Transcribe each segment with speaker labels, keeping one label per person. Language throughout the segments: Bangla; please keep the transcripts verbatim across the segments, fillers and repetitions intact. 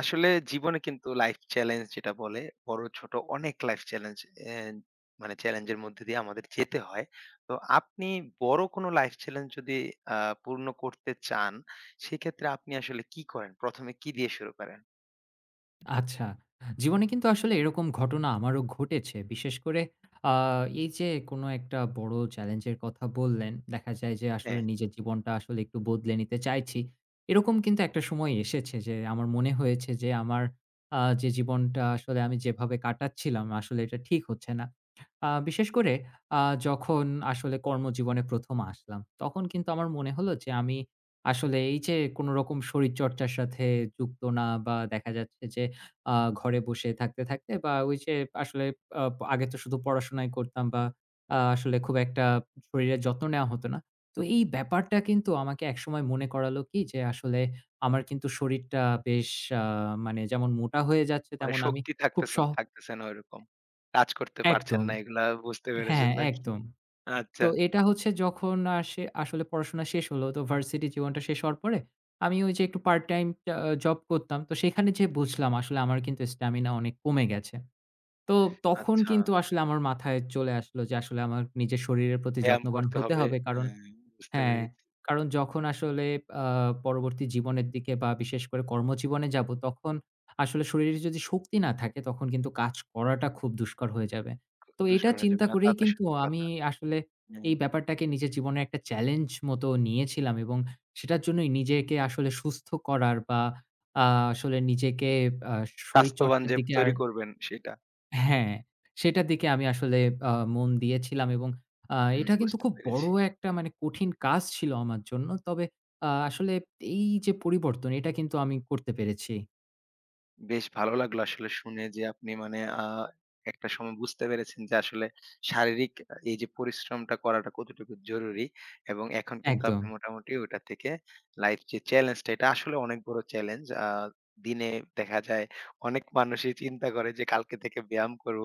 Speaker 1: আসলে জীবনে কিন্তু লাইফ চ্যালেঞ্জ যেটা বলে, বড় ছোট অনেক লাইফ চ্যালেঞ্জ এন মানে চ্যালেঞ্জের মধ্যে দিয়ে আমাদের যেতে হয়। তো আপনি বড় কোনো লাইফ চ্যালেঞ্জ যদি আ পূর্ণ করতে চান, সেক্ষেত্রে আপনি আসলে কি করেন? ১ম এ কি দিয়ে শুরু করেন?
Speaker 2: আচ্ছা। জীবনে কিন্তু আসলে এরকম ঘটনা আমারও ঘটেছে। বিশেষ করে আ এই যে কোনো একটা বড় চ্যালেঞ্জের কথা বললেন। দেখা যায় যে আসলে
Speaker 1: হ্যাঁ,
Speaker 2: নিজের জীবনটা আসলে একটু বদলে নিতে চাইছি। এরকম কিন্তু একটা সময় এসেছে যে আমার মনে হয়েছে যে আমার আ যে জীবনটা আসলে আমি যেভাবে কাটাচ্ছিলাম আসলে এটা ঠিক হচ্ছে না। আ বিশেষ করে আ যখন আসলে কর্মজীবনে প্রথম আসলাম, তখন কিন্তু আমার মনে হলো যে আমি আসলে এই যে কোনোরকম শরীরচর্চার সাথে যুক্ত না বা দেখা যাচ্ছে যে আ ঘরে বসে থাকতে, থাকতে বা ওই যে আসলে আ আগে তো শুধু পড়াশোনাই করতাম বা আ আসলে খুব একটা শরীরের যত্ন নেওয়া হতো না। তো এই ব্যাপারটা কিন্তু আমাকে একসময় মনে করালো কি যে আসলে আমার কিন্তু শরীরটা বেশ আ মানে যেমন মোটা হয়ে যাচ্ছে
Speaker 1: মানে
Speaker 2: তেমন আমি
Speaker 1: শক্তি
Speaker 2: খুব
Speaker 1: থাকতেছে
Speaker 2: সহ
Speaker 1: থাকতেছে না ওইরকম। কাজ করতে পারছেন
Speaker 2: একদম।
Speaker 1: না এগুলা বুঝতে
Speaker 2: হ্যাঁ,
Speaker 1: পেরেছেন নাকি?
Speaker 2: একদম। তো
Speaker 1: আচ্ছা,
Speaker 2: এটা হচ্ছে যখন আসে আসলে পড়াশোনা শেষ হলো তো ভার্সিটি জীবনটা শেষ হওয়ার পরে আমি ওই যে একটু পার্ট টাইম আ জব করতাম। তো সেখানে যেয়ে বুঝলাম আসলে আমার কিন্তু স্ট্যামিনা অনেক কমে গেছে। তো তখন
Speaker 1: আচ্ছা।
Speaker 2: কিন্তু আসলে আমার মাথায় চলে আসলো যে আসলে আমার নিজের শরীরের প্রতি
Speaker 1: ব্যায়াম
Speaker 2: যত্নবান
Speaker 1: করতে
Speaker 2: হতে
Speaker 1: হবে।
Speaker 2: হবে। কারণ
Speaker 1: হ্যাঁ, বুঝতে
Speaker 2: হ্যাঁ,
Speaker 1: পেরেছি।
Speaker 2: কারণ যখন আসলে আ পরবর্তী জীবনের দিকে বা বিশেষ করে কর্মজীবনে যাব তখন আসলে শরীরে যদি শক্তি না থাকে তখন কিন্তু কাজ করাটা খুব দুষ্কর হয়ে যাবে। তো
Speaker 1: দুষ
Speaker 2: এটা
Speaker 1: করা
Speaker 2: চিন্তা
Speaker 1: যাবে না। তা
Speaker 2: করেই
Speaker 1: তো
Speaker 2: কিন্তু
Speaker 1: সত্যি
Speaker 2: আমি
Speaker 1: কথা।
Speaker 2: আসলে
Speaker 1: হুম।
Speaker 2: এই ব্যাপারটাকে নিজের জীবনে একটা চ্যালেঞ্জ মতো নিয়েছিলাম এবং সেটার জন্যই নিজেকে আসলে সুস্থ করার বা আ আসলে নিজেকে আ
Speaker 1: স্বাস্থ্যবান
Speaker 2: শরীরচর্চার
Speaker 1: যে
Speaker 2: দিকে আর
Speaker 1: তৈরি করবেন সেটা।
Speaker 2: হ্যাঁ, সেটার দিকে আমি আসলে আ মন দিয়েছিলাম এবং আ
Speaker 1: হুম,
Speaker 2: এটা কিন্তু
Speaker 1: বুঝতে
Speaker 2: খুব বড়
Speaker 1: পেরেছি।
Speaker 2: একটা মানে কঠিন কাজ ছিল আমার জন্য। তবে আ আসলে এই যে পরিবর্তন এটা কিন্তু আমি করতে পেরেছি।
Speaker 1: বেশ ভালো লাগলো আসলে শুনে যে আপনি মানে আ একটা সময় বুঝতে পেরেছেন যে আসলে শারীরিক আ এই যে পরিশ্রমটা করাটা কতটুকু জরুরি, এবং এখন কিন্তু
Speaker 2: একদম।
Speaker 1: আপনি মোটামুটি ওটা থেকে লাইফ যে চ্যালেঞ্জটা এটা আসলে অনেক বড় চ্যালেঞ্জ। আ দিনে দেখা যায় অনেক মানুষই চিন্তা করে যে কালকে থেকে ব্যায়াম করব।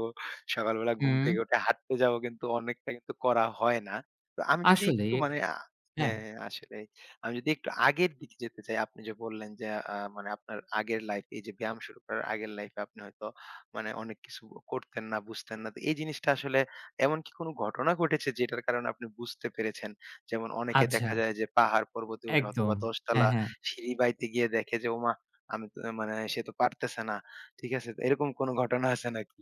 Speaker 1: সকালবেলা ঘুম
Speaker 2: হুম,
Speaker 1: থেকে উঠে হাঁটতে যাবো কিন্তু অনেকটা কিন্তু করা হয় না। তো আমি যদি
Speaker 2: আসলে
Speaker 1: একটু মানে আ
Speaker 2: হ্যাঁ,
Speaker 1: হ্যাঁ, আসলে আমি যদি একটু আগের দিকে যেতে চাই, আপনি যে বললেন যে আ মানে আপনার আগের লাইফ এই যে ব্যায়াম শুরু করার আগের লাইফে আপনি হয়তো মানে অনেক কিছু করতেন না, বুঝতেন না। তো এই জিনিসটা আসলে এমন কি কোনো ঘটনা ঘটেছে যেটার কারণে আপনি বুঝতে পেরেছেন? যেমন অনেকে
Speaker 2: আচ্ছা,
Speaker 1: দেখা যায় যে পাহাড় পর্বতে উঠা
Speaker 2: একদম।
Speaker 1: অথবা দশ
Speaker 2: হ্যাঁ,
Speaker 1: তলা
Speaker 2: হ্যাঁ।
Speaker 1: সিঁড়ি বাইতে গিয়ে দেখে যে ওমা! আমি তো মানে সে তো পারতেছে না। ঠিক আছে? তো এরকম কোনো ঘটনা আছে নাকি?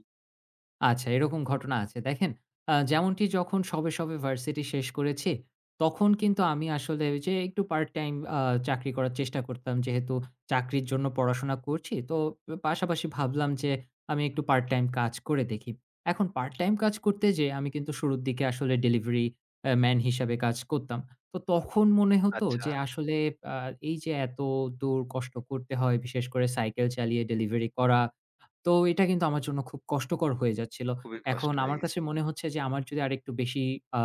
Speaker 2: আচ্ছা, এরকম ঘটনা আছে। দেখেন, আ যেমনটি যখন সবে, সবে ভার্সিটি শেষ করেছি, তখন কিন্তু আমি আসলে ওই যে একটু পার্ট টাইম আ চাকরি করার চেষ্টা করতাম। যেহেতু চাকরির জন্য পড়াশোনা করছি, তো পাশাপাশি ভাবলাম যে আমি একটু পার্ট টাইম কাজ করে দেখি। এখন পার্ট টাইম কাজ করতে যেয়ে আমি কিন্তু শুরুর দিকে আসলে ডেলিভারি আ ম্যান হিসাবে কাজ করতাম। তো তখন মনে হতো
Speaker 1: আচ্ছা,
Speaker 2: যে আসলে আ এই যে এত দূর কষ্ট করতে হয়, বিশেষ করে সাইকেল চালিয়ে ডেলিভারি করা তো এটা কিন্তু আমার জন্য খুব কষ্টকর হয়ে যাচ্ছিল।
Speaker 1: খুবই কষ্ট
Speaker 2: এখন
Speaker 1: হয়ে
Speaker 2: আমার কাছে
Speaker 1: গেছে।
Speaker 2: মনে হচ্ছে যে আমার যদি আরেকটু বেশি আ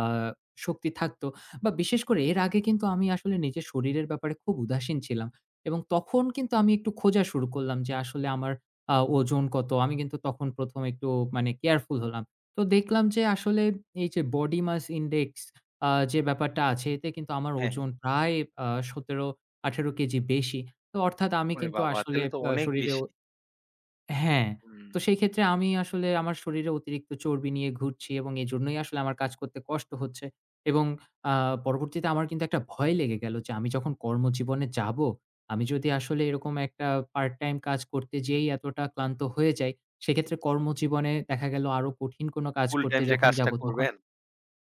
Speaker 2: শক্তি থাকতো বা বিশেষ করে এর আগে কিন্তু আমি আসলে নিজের শরীরের ব্যাপারে খুব উদাসীন ছিলাম এবং তখন কিন্তু আমি একটু খোঁজা শুরু করলাম যে আসলে আমার আ ওজন কত? আমি কিন্তু তখন প্রথম একটু মানে কেয়ারফুল হলাম। তো দেখলাম যে আসলে এই যে বডি মাস ইনডেক্স আ যে ব্যাপারটা আছে এতে কিন্তু আমার
Speaker 1: হ্যাঁ, হ্যাঁ।
Speaker 2: ওজন প্রায় আ সতেরো আঠারো কেজি বেশি। তো অর্থাৎ আমি
Speaker 1: ওরে
Speaker 2: কিন্তু
Speaker 1: বাবা!
Speaker 2: আসলে
Speaker 1: তাহলে তো
Speaker 2: আ
Speaker 1: অনেক
Speaker 2: শরীরে
Speaker 1: বেশি।
Speaker 2: হ্যাঁ,
Speaker 1: হুম,
Speaker 2: তো সেই ক্ষেত্রে আমি আসলে আমার শরীরে অতিরিক্ত চর্বি নিয়ে ঘুরছি এবং এজন্যই আসলে আমার কাজ করতে কষ্ট হচ্ছে এবং আ পরবর্তীতে আমার কিন্তু একটা ভয় লেগে গেল যে আমি যখন কর্মজীবনে যাব, আমি যদি আসলে এরকম একটা পার্ট টাইম কাজ করতে যেয়েই এতটা ক্লান্ত হয়ে যাই, সেক্ষেত্রে কর্মজীবনে দেখা গেল আরো কঠিন কোনো কাজ
Speaker 1: ফুল
Speaker 2: করতে
Speaker 1: টাইম যে
Speaker 2: যখন
Speaker 1: কাজটা
Speaker 2: যাব তখন
Speaker 1: করবেন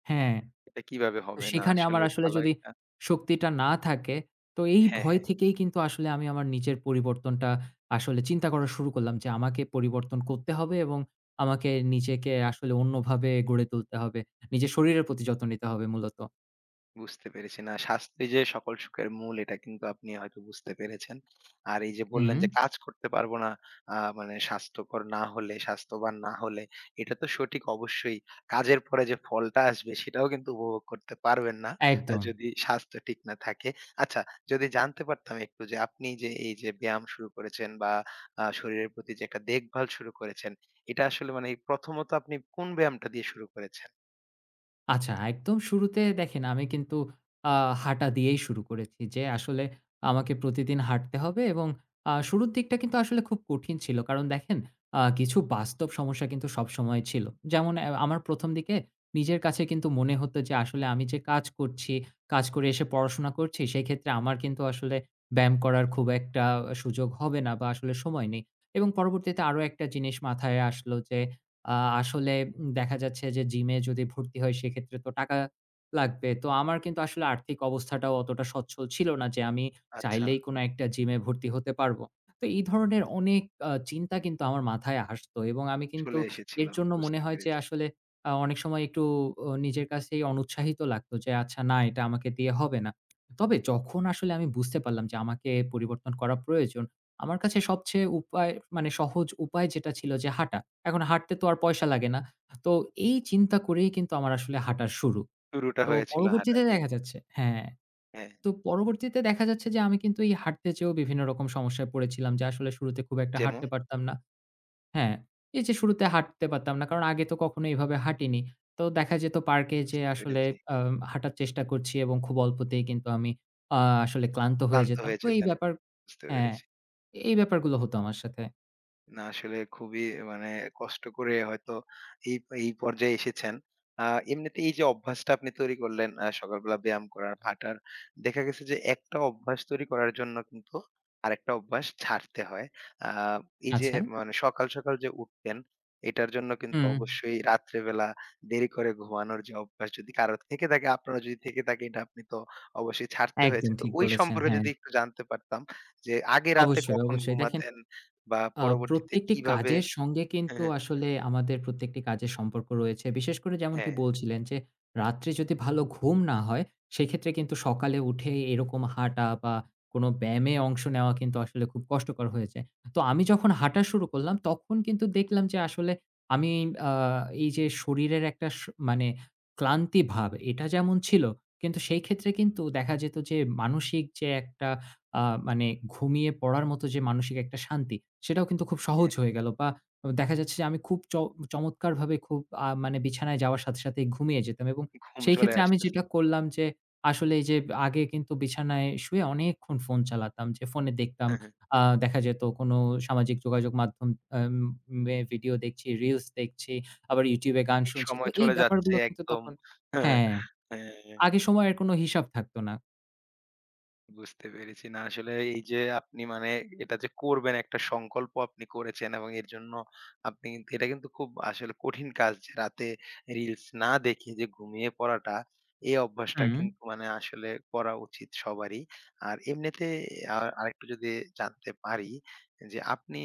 Speaker 2: হ্যাঁ।
Speaker 1: এটা কিভাবে
Speaker 2: তো
Speaker 1: হবে না
Speaker 2: সেখানে আমার
Speaker 1: আসলে
Speaker 2: আসলে
Speaker 1: ভালো
Speaker 2: যদি
Speaker 1: একটা
Speaker 2: শক্তিটা না থাকে, তো এই
Speaker 1: হ্যাঁ,
Speaker 2: ভয়
Speaker 1: হ্যাঁ,
Speaker 2: থেকেই কিন্তু আসলে আমি আমার নিজের পরিবর্তনটা আসলে চিন্তা করা শুরু করলাম যে আমাকে পরিবর্তন করতে হবে এবং আমাকে নিজেকে আসলে অন্যভাবে গড়ে তুলতে হবে। নিজের শরীরের প্রতি যত্ন নিতে হবে মূলত।
Speaker 1: বুঝতে পেরেছি। না স্বাস্থ্যই যে সকল সুখের মূল এটা কিন্তু আপনি হয়তো বুঝতে পেরেছেন। আর এই যে
Speaker 2: হুম,
Speaker 1: বললেন যে কাজ করতে পারবো না, আ মানে স্বাস্থ্যকর না হলে, স্বাস্থ্যবান না হলে এটা তো সঠিক অবশ্যই। কাজের পরে যে ফলটা আসবে সেটাও কিন্তু উপভোগ করতে পারবেন না আ
Speaker 2: একদম।
Speaker 1: যদি স্বাস্থ্য ঠিক না থাকে। আচ্ছা, যদি জানতে পারতাম একটু যে আপনি যে এই যে ব্যায়াম শুরু করেছেন বা আ শরীরের প্রতি যে একটা দেখভাল শুরু করেছেন, এটা আসলে মানে প্রথমত আপনি কোন ব্যায়ামটা দিয়ে শুরু করেছেন?
Speaker 2: আচ্ছা, একদম শুরুতে দেখেন আমি কিন্তু আ হাঁটা দিয়েই শুরু করেছি যে আসলে আমাকে প্রতিদিন হাঁটতে হবে এবং আ শুরুর দিকটা কিন্তু আসলে খুব কঠিন ছিল। কারণ দেখেন আ কিছু বাস্তব সমস্যা কিন্তু সবসময় ছিল। যেমন অ্যা আমার প্রথম দিকে নিজের কাছে কিন্তু মনে হতো যে আসলে আমি যে কাজ করছি, কাজ করে এসে পড়াশোনা করছি সেক্ষেত্রে আমার কিন্তু আসলে ব্যায়াম করার খুব একটা সুযোগ হবে না বা আসলে সময় নেই। এবং পরবর্তীতে আরো একটা জিনিস মাথায় আসলো যে আ আসলে উম দেখা যাচ্ছে যে জিমে যদি ভর্তি হই সেক্ষেত্রে তো টাকা লাগবে। তো আমার কিন্তু আসলে আর্থিক অবস্থাটাও অতটা সচ্ছল ছিল না যে আমি
Speaker 1: আচ্ছা,
Speaker 2: চাইলেই কোনো একটা জিমে ভর্তি হতে পারব। তো এই ধরনের অনেক আ চিন্তা কিন্তু আমার মাথায় আসতো এবং আমি কিন্তু
Speaker 1: চলে এসেছিল।
Speaker 2: এর জন্য মনে
Speaker 1: বুঝতে
Speaker 2: হয় যে
Speaker 1: পেরেছি।
Speaker 2: আসলে আ অনেক সময় একটু ও নিজের কাছেই অনুৎসাহিত লাগতো যে আচ্ছা না এটা আমাকে দিয়ে হবে না। তবে যখন আসলে আমি বুঝতে পারলাম যে আমাকে পরিবর্তন করা প্রয়োজন, আমার কাছে সবচেয়ে উপায় মানে সহজ উপায় যেটা ছিল যে হাঁটা। এখন হাঁটতে তো আর পয়সা লাগে না। তো এই চিন্তা করেই কিন্তু আমার আসলে হাঁটা শুরু।
Speaker 1: শুরুটা
Speaker 2: তো
Speaker 1: হয়েছিল হাঁটা
Speaker 2: পরবর্তীতে
Speaker 1: দিয়ে।
Speaker 2: দেখা যাচ্ছে হ্যাঁ,
Speaker 1: হ্যাঁ,
Speaker 2: তো পরবর্তীতে দেখা যাচ্ছে যে আমি কিন্তু এই হাঁটতে যেয়েও বিভিন্ন রকম সমস্যায় পড়েছিলাম যে আসলে শুরুতে খুব একটা
Speaker 1: যেমন?
Speaker 2: হাঁটতে পারতাম না। হ্যাঁ, এই যে শুরুতে হাঁটতে পারতাম না কারণ আগে তো কখনো এভাবে হাঁটিনি। তো দেখা যেত পার্কে যেয়ে
Speaker 1: বুঝতে
Speaker 2: আসলে
Speaker 1: পেরেছি।
Speaker 2: আম হাঁটার চেষ্টা করছি এবং খুব অল্পতেই কিন্তু আমি আ আসলে ক্লান্ত হয়ে
Speaker 1: ক্লান্ত
Speaker 2: যেতাম।
Speaker 1: হয়ে
Speaker 2: তো এই
Speaker 1: যেতেন।
Speaker 2: ব্যাপার
Speaker 1: বুঝতে
Speaker 2: হ্যাঁ,
Speaker 1: পেরেছি।
Speaker 2: এই ব্যাপারগুলো হতো আমার সাথে।
Speaker 1: না আসলে খুবই মানে কষ্ট করে হয়তো এই এই পর্যায়ে এসেছেন। আ এমনিতে এই যে অভ্যাসটা আপনি তৈরি করলেন, আ সকালবেলা ব্যায়াম করার, হাঁটার, দেখা গেছে যে একটা অভ্যাস তৈরি করার জন্য কিন্তু আরেকটা অভ্যাস ছাড়তে হয়। আ এই যে
Speaker 2: আচ্ছা।
Speaker 1: মানে সকাল, সকাল যে উঠতেন এটার জন্য কিন্তু
Speaker 2: হুম,
Speaker 1: অবশ্যই রাত্রেবেলা দেরি করে ঘুমানোর যে অভ্যাস যদি কারো থেকে থাকে, আপনারও যদি থেকে থাকে এটা আপনি তো অবশ্যই ছাড়তে হয়েছে।
Speaker 2: একদম
Speaker 1: তো
Speaker 2: ঠিক
Speaker 1: ওই
Speaker 2: বলেছেন।
Speaker 1: সম্পর্কে
Speaker 2: হ্যাঁ।
Speaker 1: যদি একটু জানতে পারতাম যে আগে রাতে
Speaker 2: অবশ্যই,
Speaker 1: কখন
Speaker 2: অবশ্যই। দেখেন
Speaker 1: ঘুমাতেন বা
Speaker 2: আ
Speaker 1: পরবর্তীতে
Speaker 2: প্রত্যেকটি
Speaker 1: কিভাবে
Speaker 2: কাজের সঙ্গে
Speaker 1: হ্যাঁ,
Speaker 2: কিন্তু
Speaker 1: হ্যাঁ,
Speaker 2: আসলে আমাদের প্রত্যেকটি কাজের সম্পর্ক রয়েছে। বিশেষ করে যেমনটি
Speaker 1: হ্যাঁ,
Speaker 2: বলছিলেন যে, রাত্রে যদি ভালো ঘুম না হয়, সেক্ষেত্রে কিন্তু সকালে উঠে এরকম হাঁটা বা কোনো ব্যায়ামে অংশ নেওয়া কিন্তু আসলে খুব কষ্টকর হয়েছে। তো আমি যখন হাঁটা শুরু করলাম, তখন কিন্তু দেখলাম যে আসলে আমি আ এই যে শরীরের একটা স মানে ক্লান্তি ভাব, এটা যেমন ছিল, কিন্তু সেই ক্ষেত্রে কিন্তু দেখা যেত যে মানসিক যে একটা আ মানে ঘুমিয়ে পড়ার মতো যে মানসিক একটা শান্তি, সেটাও কিন্তু খুব সহজ
Speaker 1: হ্যাঁ,
Speaker 2: হয়ে গেল বা দেখা যাচ্ছে যে আমি খুব চ চমৎকারভাবে খুব আ মানে বিছানায় যাওয়ার সাথে, সাথেই ঘুমিয়ে যেতাম এবং
Speaker 1: ঘুম
Speaker 2: সেই
Speaker 1: চলে
Speaker 2: ক্ষেত্রে আমি
Speaker 1: আসতেছে।
Speaker 2: যেটা করলাম যে আসলে এই যে আগে কিন্তু বিছানায় শুয়ে অনেকক্ষণ ফোন চালাতাম। যে ফোনে দেখতাম
Speaker 1: হ্যাঁ, হ্যাঁ,
Speaker 2: আ দেখা যেত কোনো সামাজিক যোগাযোগ মাধ্যম আম মে ভিডিও দেখছি, রিলস দেখছি, আবার YouTube এ গান
Speaker 1: এই
Speaker 2: শুনছি। তো
Speaker 1: সময়
Speaker 2: এই
Speaker 1: চলে যাচ্ছে
Speaker 2: ব্যাপারগুলো কিন্তু
Speaker 1: একদম
Speaker 2: তখন,
Speaker 1: হ্যাঁ,
Speaker 2: হ্যাঁ,
Speaker 1: হ্যাঁ, হ্যাঁ, হ্যাঁ,
Speaker 2: আগে সময়ের কোনো হিসাব থাকতো না।
Speaker 1: বুঝতে পেরেছি। না আসলে এই যে আপনি মানে এটা যে করবেন একটা সংকল্প আপনি করেছেন এবং এর জন্য আপনি কিন্তু এটা কিন্তু খুব আসলে কঠিন কাজ যে রাতে রিলস না দেখে যে ঘুমিয়ে পড়াটা, এই অভ্যাসটা
Speaker 2: হুম,
Speaker 1: কিন্তু মানে আসলে করা উচিত সবারই। আর এমনিতে আ আরেকটু যদি জানতে পারি যে আপনি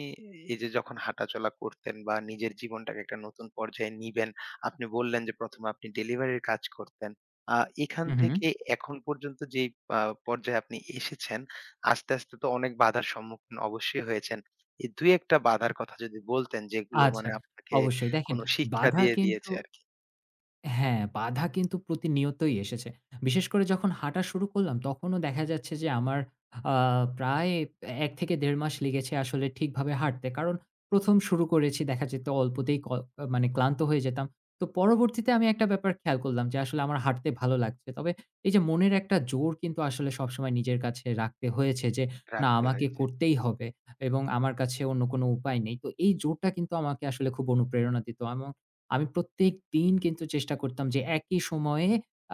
Speaker 1: এই যে যখন হাঁটাচলা করতেন বা নিজের জীবনটাকে একটা নতুন পর্যায়ে নিবেন, আপনি বললেন যে ১ম এ আপনি ডেলিভারির কাজ করতেন। আ এখান
Speaker 2: হু, হু।
Speaker 1: থেকে এখন পর্যন্ত যেই আ পর্যায়ে আপনি এসেছেন, আস্তে, আস্তে তো অনেক বাধার সম্মুখীন অবশ্যই হয়েছেন। এই দুই এক টা বাধার কথা যদি বলতেন যেগুলো
Speaker 2: আচ্ছা,
Speaker 1: মানে আপনাকে
Speaker 2: অবশ্যই। দেখেন
Speaker 1: কোনো শিক্ষা
Speaker 2: বাধা
Speaker 1: দিয়ে
Speaker 2: কিন্তু
Speaker 1: দিয়েছে আরকি।
Speaker 2: হ্যাঁ, বাধা কিন্তু প্রতিনিয়তই এসেছে। বিশেষ করে যখন হাঁটা শুরু করলাম তখনও দেখা যাচ্ছে যে আমার আ প্রায় এক থেকে দেড় মাস লেগেছে আসলে ঠিকভাবে হাঁটতে। কারণ প্রথম শুরু করেছি দেখা যেত অল্পতেই ক মানে ক্লান্ত হয়ে যেতাম। তো পরবর্তীতে আমি একটা ব্যাপার খেয়াল করলাম যে আসলে আমার হাঁটতে ভালো লাগছে। তবে এই যে মনের একটা জোর কিন্তু আসলে সবসময় নিজের কাছে রাখতে হয়েছে যে না
Speaker 1: রাখতে
Speaker 2: আমাকে
Speaker 1: হয়েছে।
Speaker 2: করতেই হবে এবং আমার কাছে অন্য কোনো উপায় নেই। তো এই জোরটা কিন্তু আমাকে আসলে খুব অনুপ্রেরণা দিত। আমা আমি প্রত্যেকদিন কিন্তু চেষ্টা করতাম যে একই সময়ে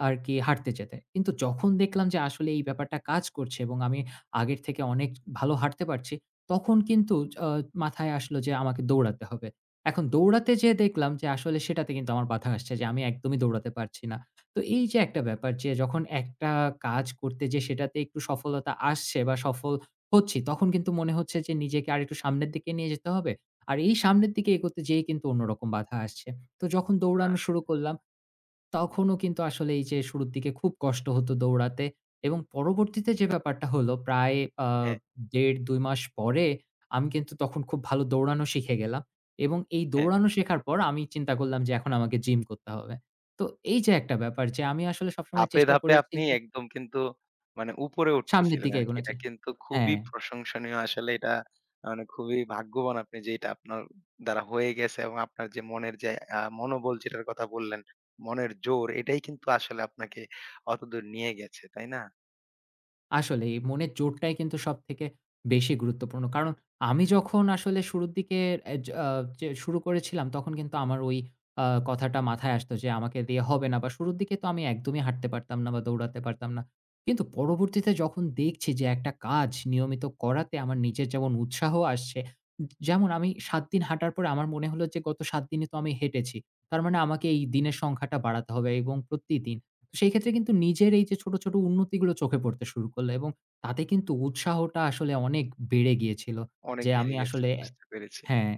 Speaker 2: আরকি হাঁটতে যেতে। কিন্তু যখন দেখলাম যে আসলে এই ব্যাপারটা কাজ করছে এবং আমি আগের থেকে অনেক ভালো হাঁটতে পারছি, তখন কিন্তু আ মাথায় আসলো যে আমাকে দৌড়াতে হবে। এখন দৌড়াতে যেয়ে দেখলাম যে আসলে সেটাতে কিন্তু আমার বাধা আসছে যে আমি একদমই দৌড়াতে পারছি না। তো এই যে একটা ব্যাপার যে যখন একটা কাজ করতে যেয়ে সেটাতে একটু সফলতা আসছে বা সফল হচ্ছি, তখন কিন্তু মনে হচ্ছে যে নিজেকে আরেকটু সামনের দিকে নিয়ে যেতে হবে। আর এই সামনের দিকে এগোতে যেয়েই কিন্তু অন্যরকম বাধা আসছে। তো যখন
Speaker 1: না
Speaker 2: দৌড়ানো
Speaker 1: আসলে
Speaker 2: শুরু করলাম, তখনও কিন্তু আসলে এই যে শুরুর দিকে খুব কষ্ট হতো দৌড়াতে এবং পরবর্তীতে যে ব্যাপারটা হলো প্রায় আ
Speaker 1: হ্যাঁ,
Speaker 2: দেড়-দুই মাস পরে আমি কিন্তু তখন খুব ভালো দৌড়ানো শিখে গেলাম এবং এই
Speaker 1: হ্যাঁ।
Speaker 2: দৌড়ানো শেখার পর আমি চিন্তা করলাম যে এখন আমাকে জিম করতে হবে। তো এই যে একটা ব্যাপার যে আমি আসলে সবসময়
Speaker 1: ধাপে,
Speaker 2: চেষ্টা
Speaker 1: ধাপে
Speaker 2: করেছি
Speaker 1: আপনি
Speaker 2: যে
Speaker 1: একদম কিন্তু মানে উপরে
Speaker 2: সামনের
Speaker 1: উঠতেছিলেন
Speaker 2: দিকে
Speaker 1: আরকি।
Speaker 2: এগোনো
Speaker 1: এটা
Speaker 2: জি।
Speaker 1: কিন্তু খুবই
Speaker 2: হ্যাঁ।
Speaker 1: প্রশংসনীয়। আসলে এটা মানে খুবই ভাগ্যবান আপনি যে এটা আপনার দ্বারা হয়ে গেছে, এবং আপনার যে মনের যে আ মনোবল যেটার কথা বললেন, মনের জোর এটাই কিন্তু আসলে আপনাকে অতদূর নিয়ে গেছে, তাই না?
Speaker 2: আসলেই মনের জোরটাই কিন্তু সবথেকে বেশি গুরুত্বপূর্ণ। কারণ আমি
Speaker 1: হুম,
Speaker 2: যখন আসলে শুরুর দিকে এ য আ যে শুরু করেছিলাম তখন কিন্তু আমার ওই আ কথাটা মাথায় আসতো যে আমাকে দিয়ে হবে না বা শুরুর দিকে তো আমি একদমই হাঁটতে পারতাম না বা দৌড়াতে পারতাম না। কিন্তু পরবর্তীতে যখন দেখছি যে একটা কাজ নিয়মিত করাতে আমার নিজের যেমন উৎসাহ আসছে, যেমন আমি সাত দিন হাঁটার পরে আমার মনে হলো যে গত সাত দিনে তো আমি হেঁটেছি। তার মানে আমাকে এই দিনের সংখ্যাটা বাড়াতে হবে এবং প্রতিদিন। তো সেই ক্ষেত্রে কিন্তু নিজের এই যে ছোট, ছোট উন্নতিগুলো চোখে পড়তে শুরু করল এবং তাতে কিন্তু উৎসাহটা আসলে অনেক বেড়ে গিয়েছিল।
Speaker 1: অনেক
Speaker 2: যে আমি
Speaker 1: বেড়ে গেছে,
Speaker 2: আসলে
Speaker 1: বুঝতে পেরেছি।
Speaker 2: হ্যাঁ,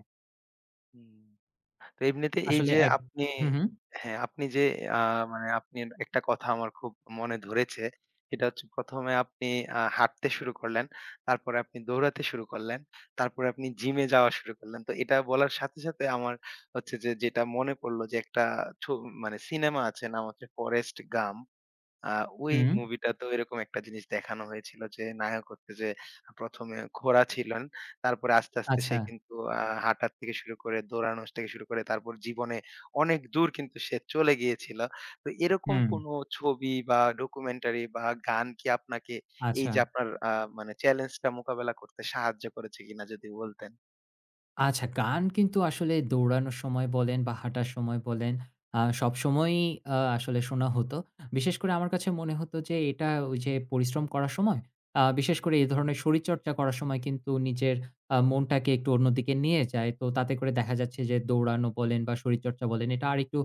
Speaker 1: হুম। তো এমনিতে এই
Speaker 2: আসলে
Speaker 1: যে
Speaker 2: এক
Speaker 1: আপনি
Speaker 2: হুম, হুম,
Speaker 1: হ্যাঁ, আপনি যে আ মানে আপনি একটা কথা আমার খুব মনে ধরেছে। সেটা হচ্ছে ১ম এ আপনি আ হাঁটতে শুরু করলেন। তারপরে আপনি দৌড়াতে শুরু করলেন। তারপরে আপনি জিমে যাওয়া শুরু করলেন। তো এটা বলার সাথে, সাথে আমার হচ্ছে যে যেটা মনে পড়ল যে একটা ছো মানে সিনেমা আছে নাম হচ্ছে 'ফরেস্ট গাম্প'। আ ওই
Speaker 2: হুম,
Speaker 1: মুভিটাতেও এরকম একটা জিনিস দেখানো হয়েছিল যে, নায়ক হচ্ছে যে ১ম এ ঘোড়া ছিলেন। তারপরে আস্তে, আস্তে
Speaker 2: আচ্ছা,
Speaker 1: সে কিন্তু আ হাঁটার থেকে শুরু করে, দৌড়ানো থেকে শুরু করে তারপর জীবনে অনেক দূর কিন্তু সে চলে গিয়েছিল। তো এরকম
Speaker 2: হুম,
Speaker 1: কোনো ছবি বা ডকুমেন্টারি বা গান কি আপনাকে এই
Speaker 2: আচ্ছা।
Speaker 1: যে আপনার আ মানে চ্যালেঞ্জটা মোকাবেলা করতে সাহায্য করেছে কিনা যদি বলতেন?
Speaker 2: আচ্ছা, গান কিন্তু আসলে দৌড়ানোর সময় বলেন বা হাঁটার সময় বলেন, আ সবসময়ই আ আসলে শোনা হতো। বিশেষ করে আমার কাছে মনে হতো যে এটা ওই যে পরিশ্রম করার সময়, আ বিশেষ করে এই ধরনের শরীরচর্চা করার সময় কিন্তু নিজের আ মনটাকে একটু অন্যদিকে নিয়ে যায়। তো তাতে করে দেখা যাচ্ছে যে দৌড়ানো বলেন বা শরীরচর্চা বলেন এটা আরেকটু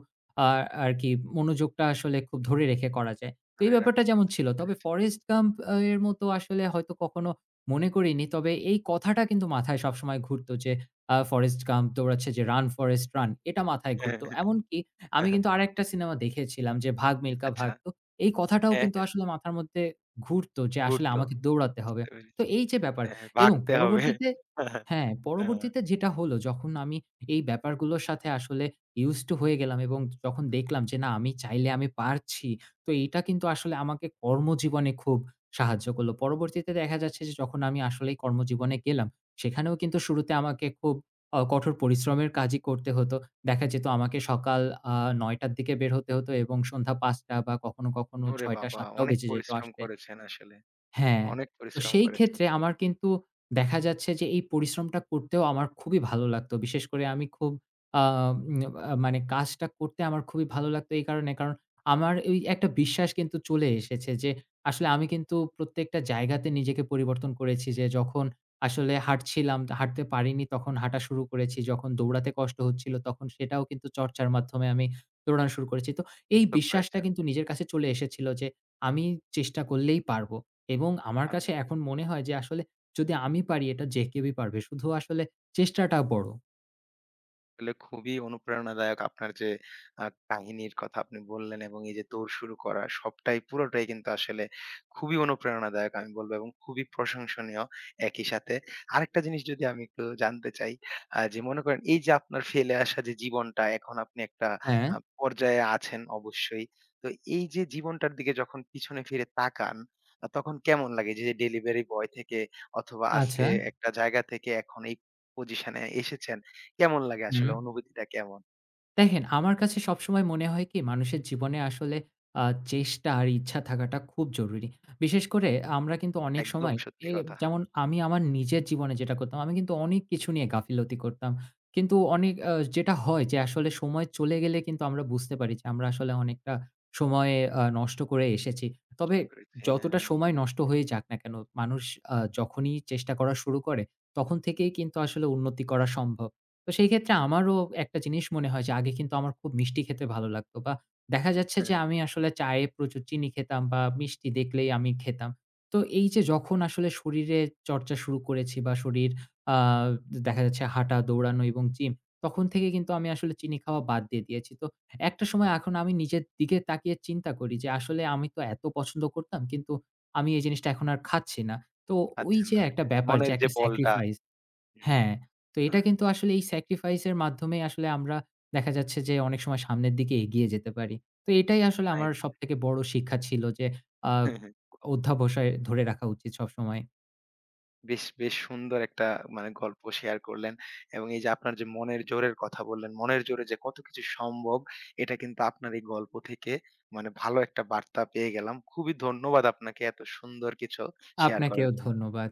Speaker 2: আ আরকি মনোযোগটা আসলে খুব ধরে রেখে করা যায়। তো এই
Speaker 1: ধরে রাখ
Speaker 2: ব্যাপারটা যেমন ছিল।
Speaker 1: বুঝতে
Speaker 2: তবে
Speaker 1: পেরেছি।
Speaker 2: 'ফরেস্ট গাম্প' আ এর মতো আসলে হয়তো কখনো মনে করিনি। তবে এই কথাটা কিন্তু মাথায় সবসময় ঘুরতো যে আ 'ফরেস্ট গাম্প' দৌড়াচ্ছে যে 'রান ফরেস্ট রান' এটা মাথায়
Speaker 1: হ্যাঁ,
Speaker 2: ঘুরতো। এমনকি আমি
Speaker 1: হ্যাঁ, হ্যাঁ।
Speaker 2: কিন্তু আরেকটা সিনেমা দেখেছিলাম যে 'ভাগ মিল্খা
Speaker 1: আচ্ছা।
Speaker 2: ভাগ', তো এই কথাটাও
Speaker 1: হ্যাঁ,
Speaker 2: কিন্তু
Speaker 1: হ্যাঁ।
Speaker 2: আসলে মাথার মধ্যে ঘুরতো যে আসলে
Speaker 1: ঘুরতো।
Speaker 2: আমাকে দৌড়াতে
Speaker 1: বুঝতে
Speaker 2: হবে। তো
Speaker 1: পেরেছি।
Speaker 2: এই যে ব্যাপার
Speaker 1: হ্যাঁ,
Speaker 2: এবং
Speaker 1: বাঁকতে হবে।
Speaker 2: পরবর্তীতে হ্যাঁ,
Speaker 1: হ্যাঁ।
Speaker 2: পরবর্তীতে যেটা হলো যখন আমি এই ব্যাপারগুলোর সাথে আসলে ইউজড টু হয়ে গেলাম এবং যখন দেখলাম যে না আমি চাইলে আমি পারছি। তো এইটা কিন্তু আসলে আমাকে কর্মজীবনে খুব সাহায্য করলো। পরবর্তীতে দেখা যাচ্ছে যে যখন আমি আসলেই কর্মজীবনে গেলাম সেখানেও কিন্তু শুরুতে আমাকে খুব অ কঠোর পরিশ্রমের কাজই করতে হতো। দেখা যেত আমাকে সকাল আ নয় টার দিকে বের হতে হতো এবং সন্ধ্যা পাঁচটা বা কখনো, কখনো
Speaker 1: ওরে
Speaker 2: ছয়টা
Speaker 1: বাবা!
Speaker 2: সাতটা টাও
Speaker 1: অনেক
Speaker 2: বেজে যেত
Speaker 1: পরিশ্রম
Speaker 2: আসতে।
Speaker 1: করেছেন আসলে।
Speaker 2: হ্যাঁ,
Speaker 1: অনেক
Speaker 2: তো
Speaker 1: পরিশ্রম
Speaker 2: সেই
Speaker 1: করেছেন।
Speaker 2: ক্ষেত্রে আমার কিন্তু দেখা যাচ্ছে যে এই পরিশ্রমটা করতেও আমার খুবই ভালো লাগতো। বিশেষ করে আমি খুব আ উম আ মানে কাজটা করতে আমার খুবই ভালো লাগতো এই কারণে, কারণ আমার ওই একটা বিশ্বাস কিন্তু চলে এসেছে যে আসলে আমি কিন্তু প্রত্যেকটা জায়গাতে নিজেকে পরিবর্তন করেছি যে যখন আসলে হাঁটছিলাম, হাঁটতে পারিনি তখন হাঁটা শুরু করেছি। যখন দৌড়াতে কষ্ট হচ্ছিল তখন সেটাও কিন্তু চর্চার মাধ্যমে আমি দৌড়ানো শুরু করেছি। তো এই
Speaker 1: তো
Speaker 2: বিশ্বাসটা
Speaker 1: করেছেন।
Speaker 2: কিন্তু নিজের কাছে চলে এসেছিল যে আমি চেষ্টা করলেই পারব। এবং আমার
Speaker 1: আর
Speaker 2: কাছে এখন মনে হয় যে আসলে যদি আমি পারি এটা যে কেউই পারবে। শুধু আসলে চেষ্টাটা বড়।
Speaker 1: আসলে খুবই অনুপ্রেরণাদায়ক আপনার যে আ কাহিনীর কথা আপনি বললেন, এবং এই যে দৌড় শুরু করা সবটাই পুরোটাই কিন্তু আসলে খুবই অনুপ্রেরণাদায়ক আমি বলব, এবং খুবই প্রশংসনীয় একই সাথে। আরেকটা জিনিস যদি আমি একটু জানতে চাই, আ যে মনে করেন এই যে আপনার ফেলে আসা যে জীবনটা এখন আপনি একটা
Speaker 2: হ্যাঁ,
Speaker 1: আ পর্যায়ে আছেন অবশ্যই। তো এই যে জীবনটার দিকে যখন পিছনে ফিরে তাকান আ তখন কেমন লাগে? যে ডেলিভারি বয় থেকে অথবা আজকে
Speaker 2: আচ্ছা।
Speaker 1: একটা জায়গা থেকে এখন এই পজিশনে এসেছেন। কেমন লাগে
Speaker 2: হুম।
Speaker 1: আসলে? অনুভূতিটা কেমন?
Speaker 2: দেখেন, আমার কাছে সবসময় মনে হয় কি মানুষের জীবনে আসলে আ চেষ্টা আর ইচ্ছা থাকাটা খুব জরুরি। বিশেষ করে আমরা কিন্তু অনেক
Speaker 1: একদম
Speaker 2: সময়
Speaker 1: সত্যি
Speaker 2: এ
Speaker 1: কথা।
Speaker 2: যেমন আমি আমার নিজের জীবনে যেটা করতাম, আমি কিন্তু অনেক কিছু নিয়ে গাফিলতি করতাম। কিন্তু অনেক আ যেটা হয় যে আসলে সময় চলে গেলে কিন্তু আমরা বুঝতে পারি যে আমরা আসলে অনেকটা সময় আ নষ্ট করে এসেছি।
Speaker 1: কষ্ট
Speaker 2: তবে
Speaker 1: করেছি। হ্যাঁ,
Speaker 2: যতটা
Speaker 1: হ্যাঁ।
Speaker 2: সময় নষ্ট হয়ে যাক না কেন, মানুষ আ যখনই চেষ্টা করা শুরু করে তখন থেকেই কিন্তু আসলে উন্নতি করা সম্ভব। তো সেই ক্ষেত্রে আমারও একটা জিনিস মনে হয় যে আগে কিন্তু আমার খুব মিষ্টি খেতে ভালো লাগতো বা দেখা যাচ্ছে যে
Speaker 1: হ্যাঁ,
Speaker 2: আমি আসলে চায়ে প্রচুর চিনি খেতাম বা মিষ্টি দেখলেই আমি খেতাম। তো এই যে যখন আসলে শরীরে চর্চা শুরু করেছি বা শরীর আ দেখা যাচ্ছে হাঁটা, দৌড়ানো এবং জিম তখন থেকে কিন্তু আমি আসলে চিনি খাওয়া বাদ দিয়ে দিয়েছি। তো একটা সময় এখন আমি নিজের দিকে তাকিয়ে চিন্তা করি যে আসলে আমি তো এত পছন্দ করতাম কিন্তু আমি এই জিনিসটা এখন আর খাচ্ছি না। তো ওই
Speaker 1: আচ্ছা,
Speaker 2: যে
Speaker 1: না,
Speaker 2: একটা
Speaker 1: হ্যাঁ।
Speaker 2: ব্যাপার যে
Speaker 1: মনের যে
Speaker 2: একটা
Speaker 1: বলটা।
Speaker 2: স্যাক্রিফাইস, হ্যাঁ,
Speaker 1: হুম।
Speaker 2: তো
Speaker 1: না,
Speaker 2: এটা কিন্তু আসলে এই স্যাক্রিফাইস এর মাধ্যমেই আসলে আমরা দেখা যাচ্ছে যে অনেক সময় সামনের দিকে এগিয়ে যেতে পারি। তো এটাই আসলে
Speaker 1: না,
Speaker 2: আমার
Speaker 1: একদম।
Speaker 2: সবথেকে বড় শিক্ষা ছিল যে আ
Speaker 1: হ্যাঁ, হ্যাঁ,
Speaker 2: অধ্যাবসায় ধরে রাখা উচিত সবসময়।
Speaker 1: বেশ, বেশ সুন্দর একটা মানে গল্প শেয়ার করলেন, এবং এই যে আপনার যে মনের জোরের কথা বললেন, মনের জোরে যে কত কিছু সম্ভব এটা কিন্তু আপনার এই গল্প থেকে মানে ভালো একটা বার্তা পেয়ে গেলাম। খুবই ধন্যবাদ আপনাকে এত সুন্দর কিছু শেয়ার
Speaker 2: আপনাকেও
Speaker 1: করার জন্য।
Speaker 2: ধন্যবাদ।